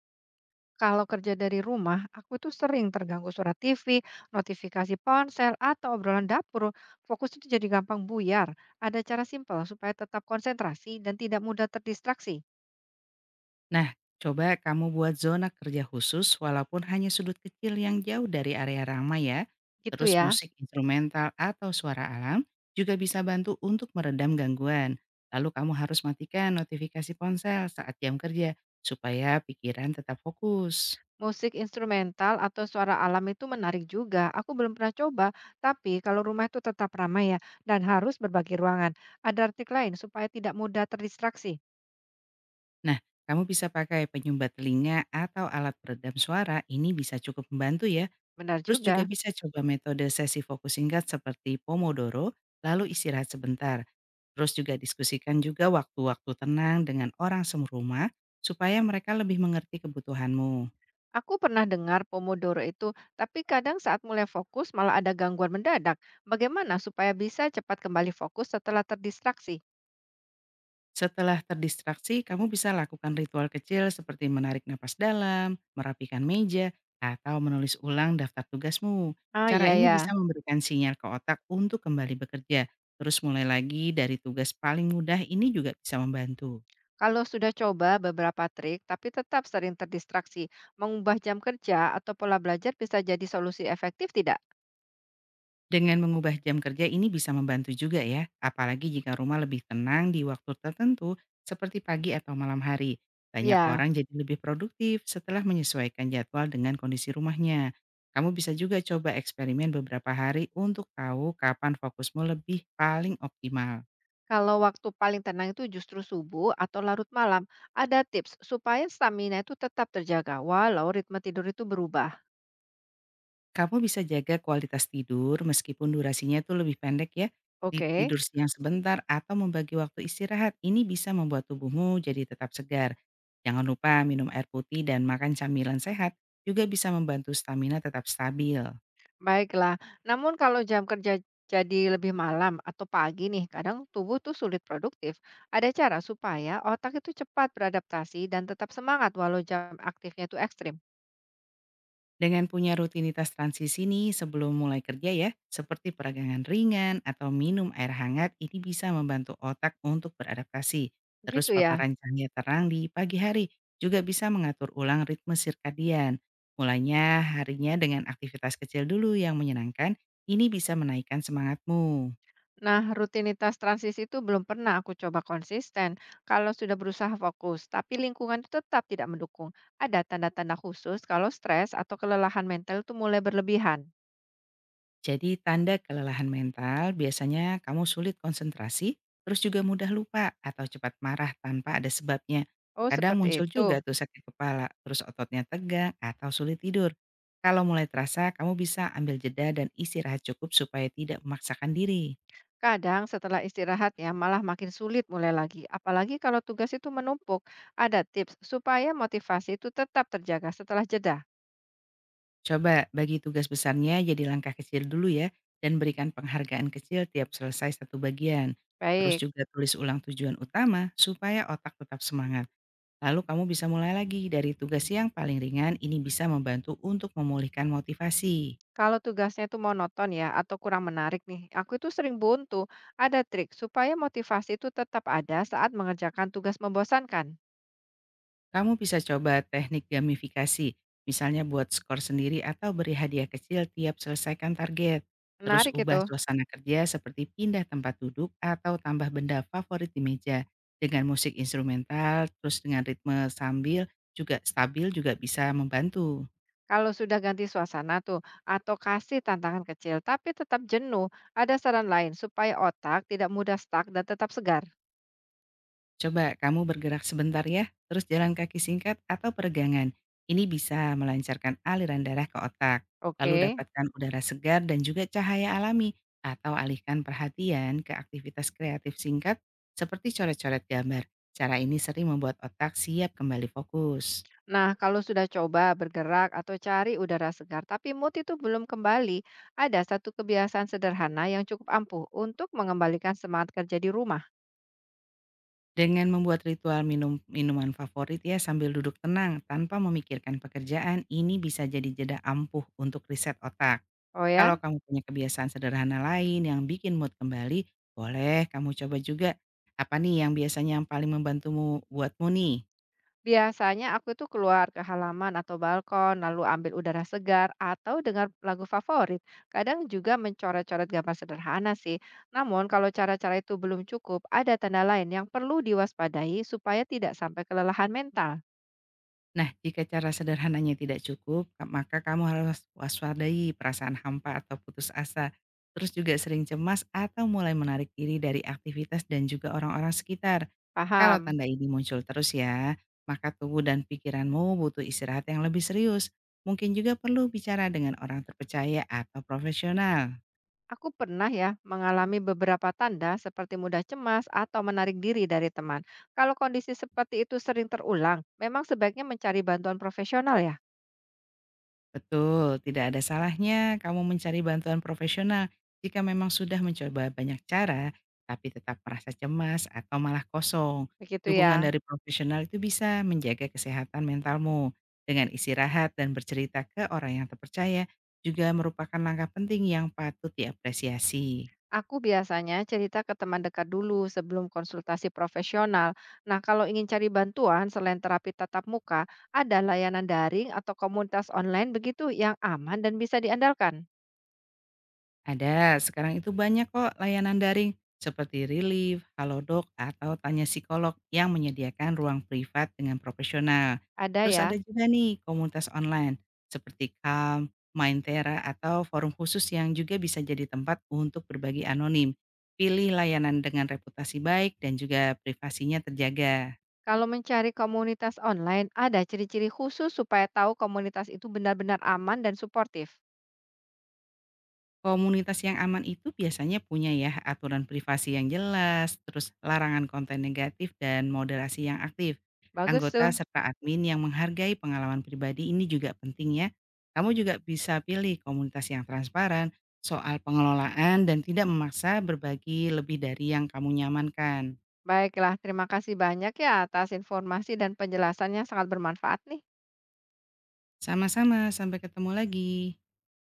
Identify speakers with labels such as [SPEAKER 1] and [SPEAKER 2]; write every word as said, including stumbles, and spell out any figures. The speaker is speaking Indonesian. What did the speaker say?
[SPEAKER 1] Kalau kerja dari rumah, aku tuh sering terganggu suara T V, notifikasi ponsel, atau obrolan dapur. Fokus itu jadi gampang buyar. Ada cara simpel supaya tetap konsentrasi dan tidak mudah terdistraksi.
[SPEAKER 2] Nah, coba kamu buat zona kerja khusus walaupun hanya sudut kecil yang jauh dari area ramai ya.
[SPEAKER 1] Gitu
[SPEAKER 2] Terus
[SPEAKER 1] ya.
[SPEAKER 2] musik instrumental atau suara alam juga bisa bantu untuk meredam gangguan. Lalu kamu harus matikan notifikasi ponsel saat jam kerja supaya pikiran tetap fokus.
[SPEAKER 1] Musik instrumental atau suara alam itu menarik juga. Aku belum pernah coba, tapi kalau rumah itu tetap ramai ya dan harus berbagi ruangan. Ada artik lain supaya tidak mudah terdistraksi.
[SPEAKER 2] Nah, kamu bisa pakai penyumbat telinga atau alat peredam suara, ini bisa cukup membantu ya.
[SPEAKER 1] Benar
[SPEAKER 2] Terus juga
[SPEAKER 1] juga.
[SPEAKER 2] bisa coba metode sesi fokus singkat seperti Pomodoro, lalu istirahat sebentar. Terus juga diskusikan juga waktu-waktu tenang dengan orang serumah supaya mereka lebih mengerti kebutuhanmu.
[SPEAKER 1] Aku pernah dengar Pomodoro itu, tapi kadang saat mulai fokus malah ada gangguan mendadak. Bagaimana supaya bisa cepat kembali fokus setelah terdistraksi?
[SPEAKER 2] Setelah terdistraksi, kamu bisa lakukan ritual kecil seperti menarik napas dalam, merapikan meja, atau menulis ulang daftar tugasmu.
[SPEAKER 1] Ah,
[SPEAKER 2] Cara
[SPEAKER 1] iya
[SPEAKER 2] ini
[SPEAKER 1] ya.
[SPEAKER 2] bisa memberikan sinyal ke otak untuk kembali bekerja. Terus mulai lagi dari tugas paling mudah ini juga bisa membantu.
[SPEAKER 1] Kalau sudah coba beberapa trik tapi tetap sering terdistraksi, mengubah jam kerja atau pola belajar bisa jadi solusi efektif tidak?
[SPEAKER 2] Dengan mengubah jam kerja ini bisa membantu juga ya, apalagi jika rumah lebih tenang di waktu tertentu seperti pagi atau malam hari. Banyak
[SPEAKER 1] Ya,
[SPEAKER 2] orang jadi lebih produktif setelah menyesuaikan jadwal dengan kondisi rumahnya. Kamu bisa juga coba eksperimen beberapa hari untuk tahu kapan fokusmu lebih paling optimal.
[SPEAKER 1] kalau waktu paling tenang itu justru subuh atau larut malam. Ada tips supaya stamina itu tetap terjaga walau ritme tidur itu berubah.
[SPEAKER 2] Kamu bisa jaga kualitas tidur meskipun durasinya itu lebih pendek ya. Di
[SPEAKER 1] Oke.
[SPEAKER 2] tidur siang sebentar atau membagi waktu istirahat. Ini bisa membuat tubuhmu jadi tetap segar. Jangan lupa minum air putih dan makan camilan sehat juga bisa membantu stamina tetap stabil.
[SPEAKER 1] Baiklah. Namun kalau jam kerja jadi lebih malam atau pagi nih, kadang tubuh tuh sulit produktif. Ada cara supaya otak itu cepat beradaptasi dan tetap semangat walau jam aktifnya itu ekstrim.
[SPEAKER 2] Dengan punya rutinitas transisi nih sebelum mulai kerja ya, seperti peragangan ringan atau minum air hangat, ini bisa membantu otak untuk beradaptasi. Terus
[SPEAKER 1] Gitu ya.
[SPEAKER 2] paparan cahaya terang di pagi hari juga bisa mengatur ulang ritme sirkadian. Mulainya harinya dengan aktivitas kecil dulu yang menyenangkan, ini bisa menaikkan semangatmu.
[SPEAKER 1] Nah, rutinitas transisi itu belum pernah aku coba konsisten. Kalau sudah berusaha fokus, tapi lingkungan itu tetap tidak mendukung. Ada tanda-tanda khusus kalau stres atau kelelahan mental itu mulai berlebihan.
[SPEAKER 2] Jadi tanda kelelahan mental biasanya kamu sulit konsentrasi, terus juga mudah lupa atau cepat marah tanpa ada sebabnya.
[SPEAKER 1] Oh,
[SPEAKER 2] Kadang
[SPEAKER 1] seperti
[SPEAKER 2] muncul
[SPEAKER 1] itu.
[SPEAKER 2] juga tuh sakit kepala, terus ototnya tegang atau sulit tidur. Kalau mulai terasa, kamu bisa ambil jeda dan istirahat cukup supaya tidak memaksakan diri.
[SPEAKER 1] Kadang setelah istirahat ya malah makin sulit mulai lagi. Apalagi kalau tugas itu menumpuk. Ada tips supaya motivasi itu tetap terjaga setelah jeda.
[SPEAKER 2] Coba bagi tugas besarnya jadi langkah kecil dulu ya, dan berikan penghargaan kecil tiap selesai satu bagian. Terus
[SPEAKER 1] Baik,
[SPEAKER 2] juga tulis ulang tujuan utama supaya otak tetap semangat. Lalu kamu bisa mulai lagi dari tugas yang paling ringan ini bisa membantu untuk memulihkan motivasi.
[SPEAKER 1] kalau tugasnya itu monoton ya atau kurang menarik nih, aku itu sering buntu. Ada trik supaya motivasi itu tetap ada saat mengerjakan tugas membosankan.
[SPEAKER 2] Kamu bisa coba teknik gamifikasi, misalnya buat skor sendiri atau beri hadiah kecil tiap selesaikan target. Terus
[SPEAKER 1] Menarik
[SPEAKER 2] ubah
[SPEAKER 1] itu.
[SPEAKER 2] suasana kerja seperti pindah tempat duduk atau tambah benda favorit di meja dengan musik instrumental, terus dengan ritme sambil juga stabil juga bisa membantu.
[SPEAKER 1] Kalau sudah ganti suasana tuh atau kasih tantangan kecil tapi tetap jenuh, ada saran lain supaya otak tidak mudah stuck dan tetap segar.
[SPEAKER 2] Coba kamu bergerak sebentar ya, terus jalan kaki singkat atau peregangan. Ini bisa melancarkan aliran darah ke otak. Lalu
[SPEAKER 1] Oke.
[SPEAKER 2] dapatkan udara segar dan juga cahaya alami atau alihkan perhatian ke aktivitas kreatif singkat seperti coret-coret gambar. Cara ini sering membuat otak siap kembali fokus.
[SPEAKER 1] Nah, kalau sudah coba bergerak atau cari udara segar, tapi mood itu belum kembali, ada satu kebiasaan sederhana yang cukup ampuh untuk mengembalikan semangat kerja di rumah.
[SPEAKER 2] Dengan membuat ritual minum minuman favorit ya sambil duduk tenang tanpa memikirkan pekerjaan, ini bisa jadi jeda ampuh untuk riset otak.
[SPEAKER 1] Oh ya,
[SPEAKER 2] Kalau kamu punya kebiasaan sederhana lain yang bikin mood kembali, boleh kamu coba juga. Apa nih yang biasanya yang paling membantumu buatmu nih?
[SPEAKER 1] biasanya aku itu keluar ke halaman atau balkon, lalu ambil udara segar atau dengar lagu favorit. Kadang juga mencoret-coret gambar sederhana sih. Namun, kalau cara-cara itu belum cukup, ada tanda lain yang perlu diwaspadai supaya tidak sampai kelelahan mental.
[SPEAKER 2] Nah, jika cara sederhananya tidak cukup, ka- maka kamu harus waspadai perasaan hampa atau putus asa. Terus juga sering cemas atau mulai menarik diri dari aktivitas dan juga orang-orang sekitar. Kalau
[SPEAKER 1] Paham?
[SPEAKER 2] tanda ini muncul terus ya, maka tubuh dan pikiranmu butuh istirahat yang lebih serius. Mungkin juga perlu bicara dengan orang terpercaya atau profesional.
[SPEAKER 1] Aku pernah ya mengalami beberapa tanda seperti mudah cemas atau menarik diri dari teman. Kalau kondisi seperti itu sering terulang, memang sebaiknya mencari bantuan profesional ya.
[SPEAKER 2] Betul, tidak ada salahnya kamu mencari bantuan profesional jika memang sudah mencoba banyak cara, tapi tetap merasa cemas atau malah kosong.
[SPEAKER 1] Begitu
[SPEAKER 2] Dukungan
[SPEAKER 1] ya.
[SPEAKER 2] dari profesional itu bisa menjaga kesehatan mentalmu. Dengan istirahat dan bercerita ke orang yang terpercaya juga merupakan langkah penting yang patut diapresiasi.
[SPEAKER 1] Aku biasanya cerita ke teman dekat dulu sebelum konsultasi profesional. Nah, kalau ingin cari bantuan selain terapi tatap muka, ada layanan daring atau komunitas online begitu yang aman dan bisa diandalkan.
[SPEAKER 2] Ada, sekarang itu banyak kok layanan daring seperti Relief, Halodoc, atau Tanya Psikolog yang menyediakan ruang privat dengan profesional.
[SPEAKER 1] Ada
[SPEAKER 2] Terus ada
[SPEAKER 1] ya.
[SPEAKER 2] juga nih komunitas online seperti Calm, Mindtera, atau forum khusus yang juga bisa jadi tempat untuk berbagi anonim. Pilih layanan dengan reputasi baik dan juga privasinya terjaga.
[SPEAKER 1] Kalau mencari komunitas online, ada ciri-ciri khusus supaya tahu komunitas itu benar-benar aman dan suportif.
[SPEAKER 2] Komunitas yang aman itu biasanya punya ya aturan privasi yang jelas, terus larangan konten negatif dan moderasi yang aktif.
[SPEAKER 1] Bagus
[SPEAKER 2] Anggota
[SPEAKER 1] tuh.
[SPEAKER 2] serta admin yang menghargai pengalaman pribadi ini juga penting ya. Kamu juga bisa pilih komunitas yang transparan soal pengelolaan dan tidak memaksa berbagi lebih dari yang kamu nyamankan.
[SPEAKER 1] Baiklah, terima kasih banyak ya atas informasi dan penjelasannya sangat bermanfaat nih.
[SPEAKER 2] Sama-sama, sampai ketemu lagi.